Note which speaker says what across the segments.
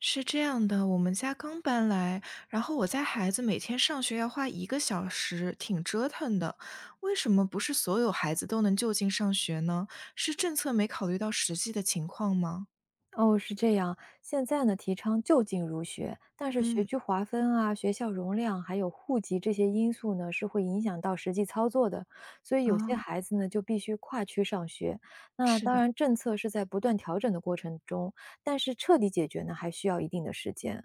Speaker 1: 是这样的，我们家刚搬来，然后我家孩子每天上学要花1个小时，挺折腾的。为什么不是所有孩子都能就近上学呢？是政策没考虑到实际的情况吗？
Speaker 2: 哦，是这样。现在呢，提倡就近入学，但是学
Speaker 1: 嗯，
Speaker 2: 区划分啊、学校容量还有户籍这些因素呢，是会影响到实际操作的。所以有
Speaker 1: 啊，
Speaker 2: 些孩子呢，就必须跨区上学。那
Speaker 1: 是
Speaker 2: 当
Speaker 1: 的，
Speaker 2: 然，政策是在不断调整的过程中，但是彻底解决呢，还需要一定的时间。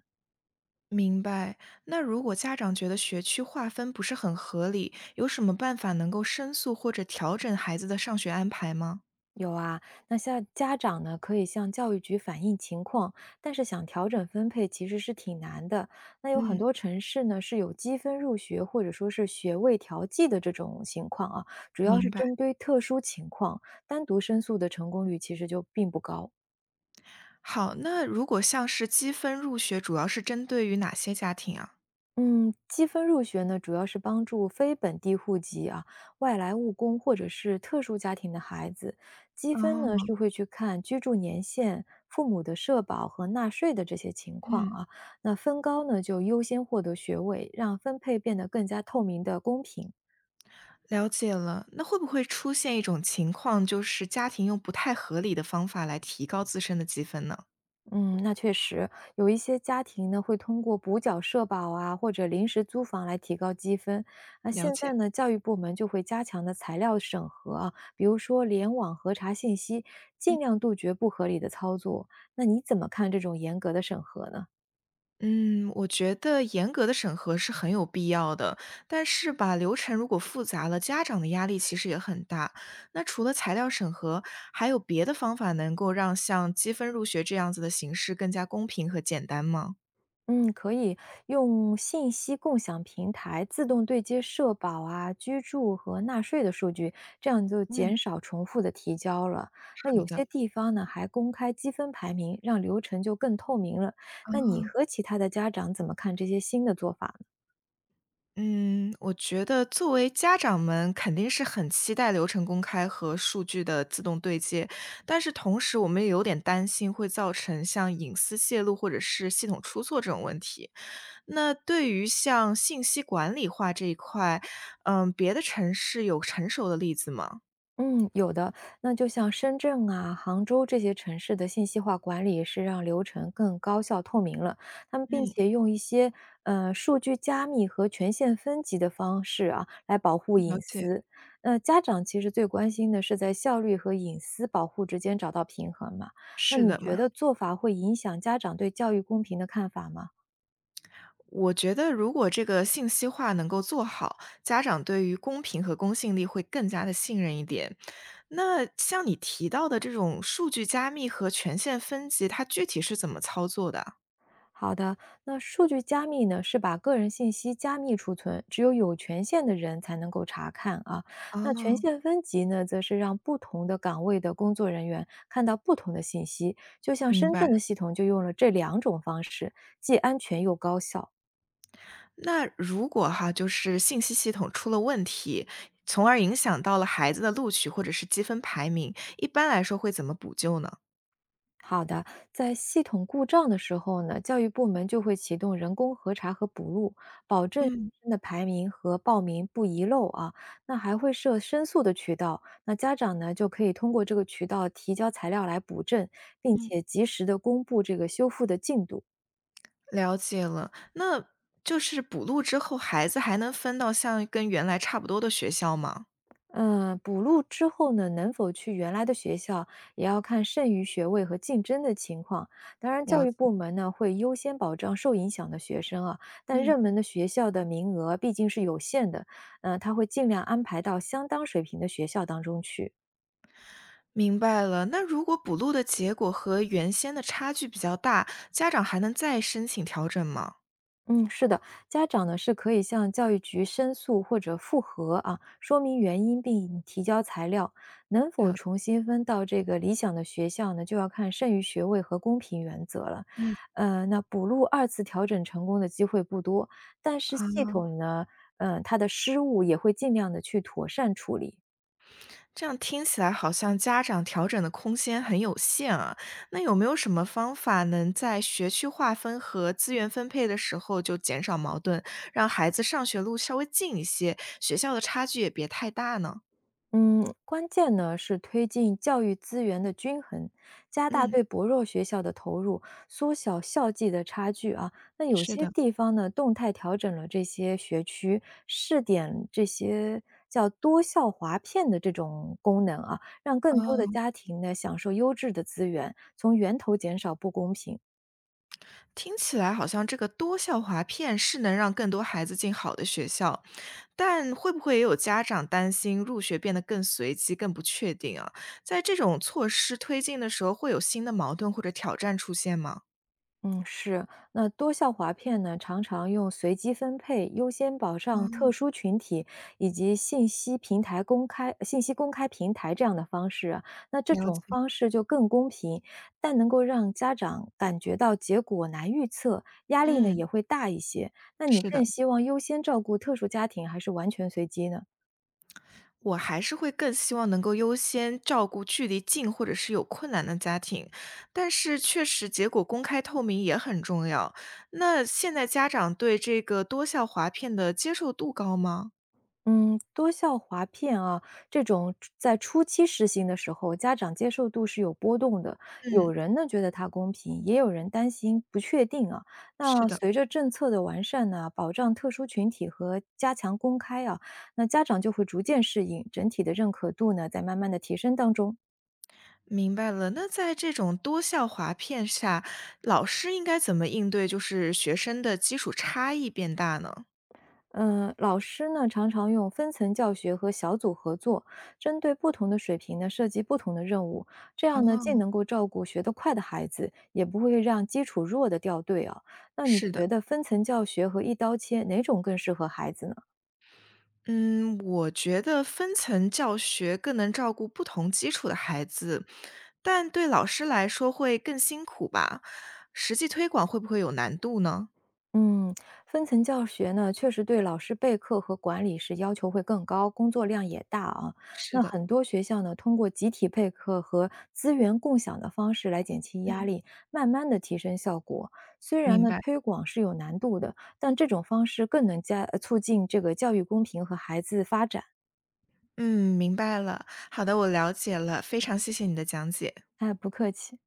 Speaker 1: 明白。那如果家长觉得学区划分不是很合理，有什么办法能够申诉或者调整孩子的上学安排吗？
Speaker 2: 有啊，那像家长呢，可以向教育局反映情况，但是想调整分配其实是挺难的。那有很
Speaker 1: 嗯，
Speaker 2: 多城市呢是有积分入学或者说是学位调剂的这种情况啊，主要
Speaker 1: 明
Speaker 2: 是
Speaker 1: 白。
Speaker 2: 针对特殊情况，单独申诉的成功率其实就并不高。
Speaker 1: 好，那如果像是积分入学，主要是针对于哪些家庭啊？
Speaker 2: 嗯，积分入学呢，主要是帮助非本地户籍啊、外来务工或者是特殊家庭的孩子。积分呢
Speaker 1: 哦，
Speaker 2: 是会去看居住年限、父母的社保和纳税的这些情况
Speaker 1: 嗯。
Speaker 2: 啊。那分高呢就优先获得学位，让分配变得更加透明的公平。
Speaker 1: 了解了，那会不会出现一种情况，就是家庭用不太合理的方法来提高自身的积分呢？
Speaker 2: 嗯，那确实有一些家庭呢，会通过补缴社保啊，或者临时租房来提高积分。那
Speaker 1: 了
Speaker 2: 现
Speaker 1: 解。
Speaker 2: 在呢，教育部门就会加强的材料审核啊，比如说联网核查信息，尽量杜绝不合理的操作。那你怎么看这种严格的审核呢？
Speaker 1: 嗯，我觉得严格的审核是很有必要的，但是吧，流程如果复杂了，家长的压力其实也很大。那除了材料审核，还有别的方法能够让像积分入学这样子的形式更加公平和简单吗？
Speaker 2: 嗯，可以用信息共享平台自动对接社保啊、居住和纳税的数据，这样就
Speaker 1: 嗯，
Speaker 2: 减少重复的提交了。那
Speaker 1: 好
Speaker 2: 有
Speaker 1: 的。
Speaker 2: 些地方呢，还公开积分排名，让流程就更透明了。那你和其他的家长怎么看这些新的做法呢？
Speaker 1: 嗯，我觉得作为家长们肯定是很期待流程公开和数据的自动对接，但是同时我们也有点担心会造成像隐私泄露或者是系统出错这种问题。那对于像信息管理化这一块，嗯，别的城市有成熟的例子吗？
Speaker 2: 嗯，有的。那就像深圳啊、杭州这些城市的信息化管理是让流程更高效透明了。他们并
Speaker 1: 嗯，
Speaker 2: 且用一些数据加密和权限分级的方式啊，来保护
Speaker 1: 了
Speaker 2: 隐
Speaker 1: 解，
Speaker 2: 私。那家长其实最关心的是在效率和隐私保护之间找到平衡嘛？那
Speaker 1: 是
Speaker 2: 你
Speaker 1: 的，
Speaker 2: 觉
Speaker 1: 嘛。
Speaker 2: 得做法会影响家长对教育公平的看法吗？
Speaker 1: 我觉得如果这个信息化能够做好，家长对于公平和公信力会更加的信任一点。那像你提到的这种数据加密和权限分级，它具体是怎么操作的啊？
Speaker 2: 好的，那数据加密呢，是把个人信息加密储存，只有有权限的人才能够查看啊。那权
Speaker 1: 哦，
Speaker 2: 限分级呢，则是让不同的岗位的工作人员看到不同的信息，就像
Speaker 1: 明
Speaker 2: 深
Speaker 1: 白。
Speaker 2: 圳的系统就用了这两种方式，既安全又高效。
Speaker 1: 那如果哈，就是信息系统出了问题，从而影响到了孩子的录取或者是积分排名，一般来说会怎么补救呢？
Speaker 2: 好的，在系统故障的时候呢，教育部门就会启动人工核查和补录，保证学
Speaker 1: 嗯
Speaker 2: 生的排名和报名不遗漏啊。那还会设申诉的渠道，那家长呢就可以通过这个渠道提交材料来补正，并
Speaker 1: 嗯。
Speaker 2: 且及时的公布这个修复的进度。
Speaker 1: 了解了，那就是补录之后，孩子还能分到像跟原来差不多的学校吗？
Speaker 2: 嗯，补录之后呢，能否去原来的学校，也要看剩余学位和竞争的情况。当然，教
Speaker 1: 了
Speaker 2: 育
Speaker 1: 解，
Speaker 2: 部门呢会优先保障受影响的学生啊，但
Speaker 1: 嗯，
Speaker 2: 热门的学校的名额毕竟是有限的，他会尽量安排到相当水平的学校当中去。
Speaker 1: 明白了。那如果补录的结果和原先的差距比较大，家长还能再申请调整吗？
Speaker 2: 嗯，是的，家长呢是可以向教育局申诉或者复核啊，说明原因并提交材料。能否
Speaker 1: 了解
Speaker 2: 重新分到这个理想的学校呢，就要看剩余学位和公平原则了。
Speaker 1: 嗯，
Speaker 2: 那补录二次调整成功的机会不多，但是系
Speaker 1: 好。
Speaker 2: 统呢，它的失误也会尽量的去妥善处理。
Speaker 1: 这样听起来好像家长调整的空间很有限啊。那有没有什么方法能在学区划分和资源分配的时候就减少矛盾，让孩子上学路稍微近一些，学校的差距也别太大呢？
Speaker 2: 嗯，关键呢是推进教育资源的均衡，加大
Speaker 1: 嗯。
Speaker 2: 对薄弱学校的投入，缩小校际的差距啊。那有
Speaker 1: 是
Speaker 2: 些
Speaker 1: 的，
Speaker 2: 地方呢，动态调整了这些学区，试点这些叫多校划片的这种功能啊，让更多的
Speaker 1: 哦，
Speaker 2: 家庭呢享受优质的资源，从源头减少不公平。
Speaker 1: 听起来好像这个多校划片是能让更多孩子进好的学校，但会不会也有家长担心入学变得更随机、更不确定啊？在这种措施推进的时候，会有新的矛盾或者挑战出现吗？
Speaker 2: 嗯，是。那多效划片呢，常常用随机分配、优先保障
Speaker 1: 嗯，
Speaker 2: 特殊群体以及信息公开平台这样的方式啊。那这
Speaker 1: 了解，
Speaker 2: 种方式就更公平，但能够让家长感觉到结果难预测，压力呢
Speaker 1: 嗯，
Speaker 2: 也会大一些。那你
Speaker 1: 是的。
Speaker 2: 更希望优先照顾特殊家庭，还是完全随机呢？
Speaker 1: 我还是会更希望能够优先照顾距离近或者是有困难的家庭，但是确实结果公开透明也很重要。那现在家长对这个多效划片的接受度高吗？
Speaker 2: 嗯，多校划片啊，这种初在初期实行的时候，家长接受度是有波动的。有
Speaker 1: 嗯，
Speaker 2: 人呢觉得它公平，也有人担心不确定啊。
Speaker 1: 是
Speaker 2: 那
Speaker 1: 的。
Speaker 2: 随着政策的完善呢，保障特殊群体和加强公开啊，那家长就会逐渐适应，整体的认可度呢在慢慢的提升当中。
Speaker 1: 明白了。那在这种多效划片下，老师应该怎么应对就是学生的基础差异变大呢？
Speaker 2: 嗯，老师呢常常用分层教学和小组合作，针对不同的水平呢设计不同的任务，这样呢既
Speaker 1: 哦，
Speaker 2: 能够照顾学得快的孩子，也不会让基础弱的掉队啊。那你
Speaker 1: 是的。
Speaker 2: 觉得分层教学和一刀切哪种更适合孩子呢？
Speaker 1: 嗯，我觉得分层教学更能照顾不同基础的孩子，但对老师来说会更辛苦吧？实际推广会不会有难度呢？
Speaker 2: 嗯，分层教学呢，确实对老师备课和管理是要求会更高，工作量也大啊。
Speaker 1: 是
Speaker 2: 那
Speaker 1: 的，
Speaker 2: 很多学校呢，通过集体备课和资源共享的方式来减轻压
Speaker 1: 嗯，
Speaker 2: 力，慢慢的提升效果。虽然
Speaker 1: 明
Speaker 2: 呢，
Speaker 1: 白，
Speaker 2: 推广是有难度的，但这种方式更能促进这个教育公平和孩子发展。
Speaker 1: 嗯，明白了。好的，我了解了，非常谢谢你的讲解。
Speaker 2: 哎，不客气。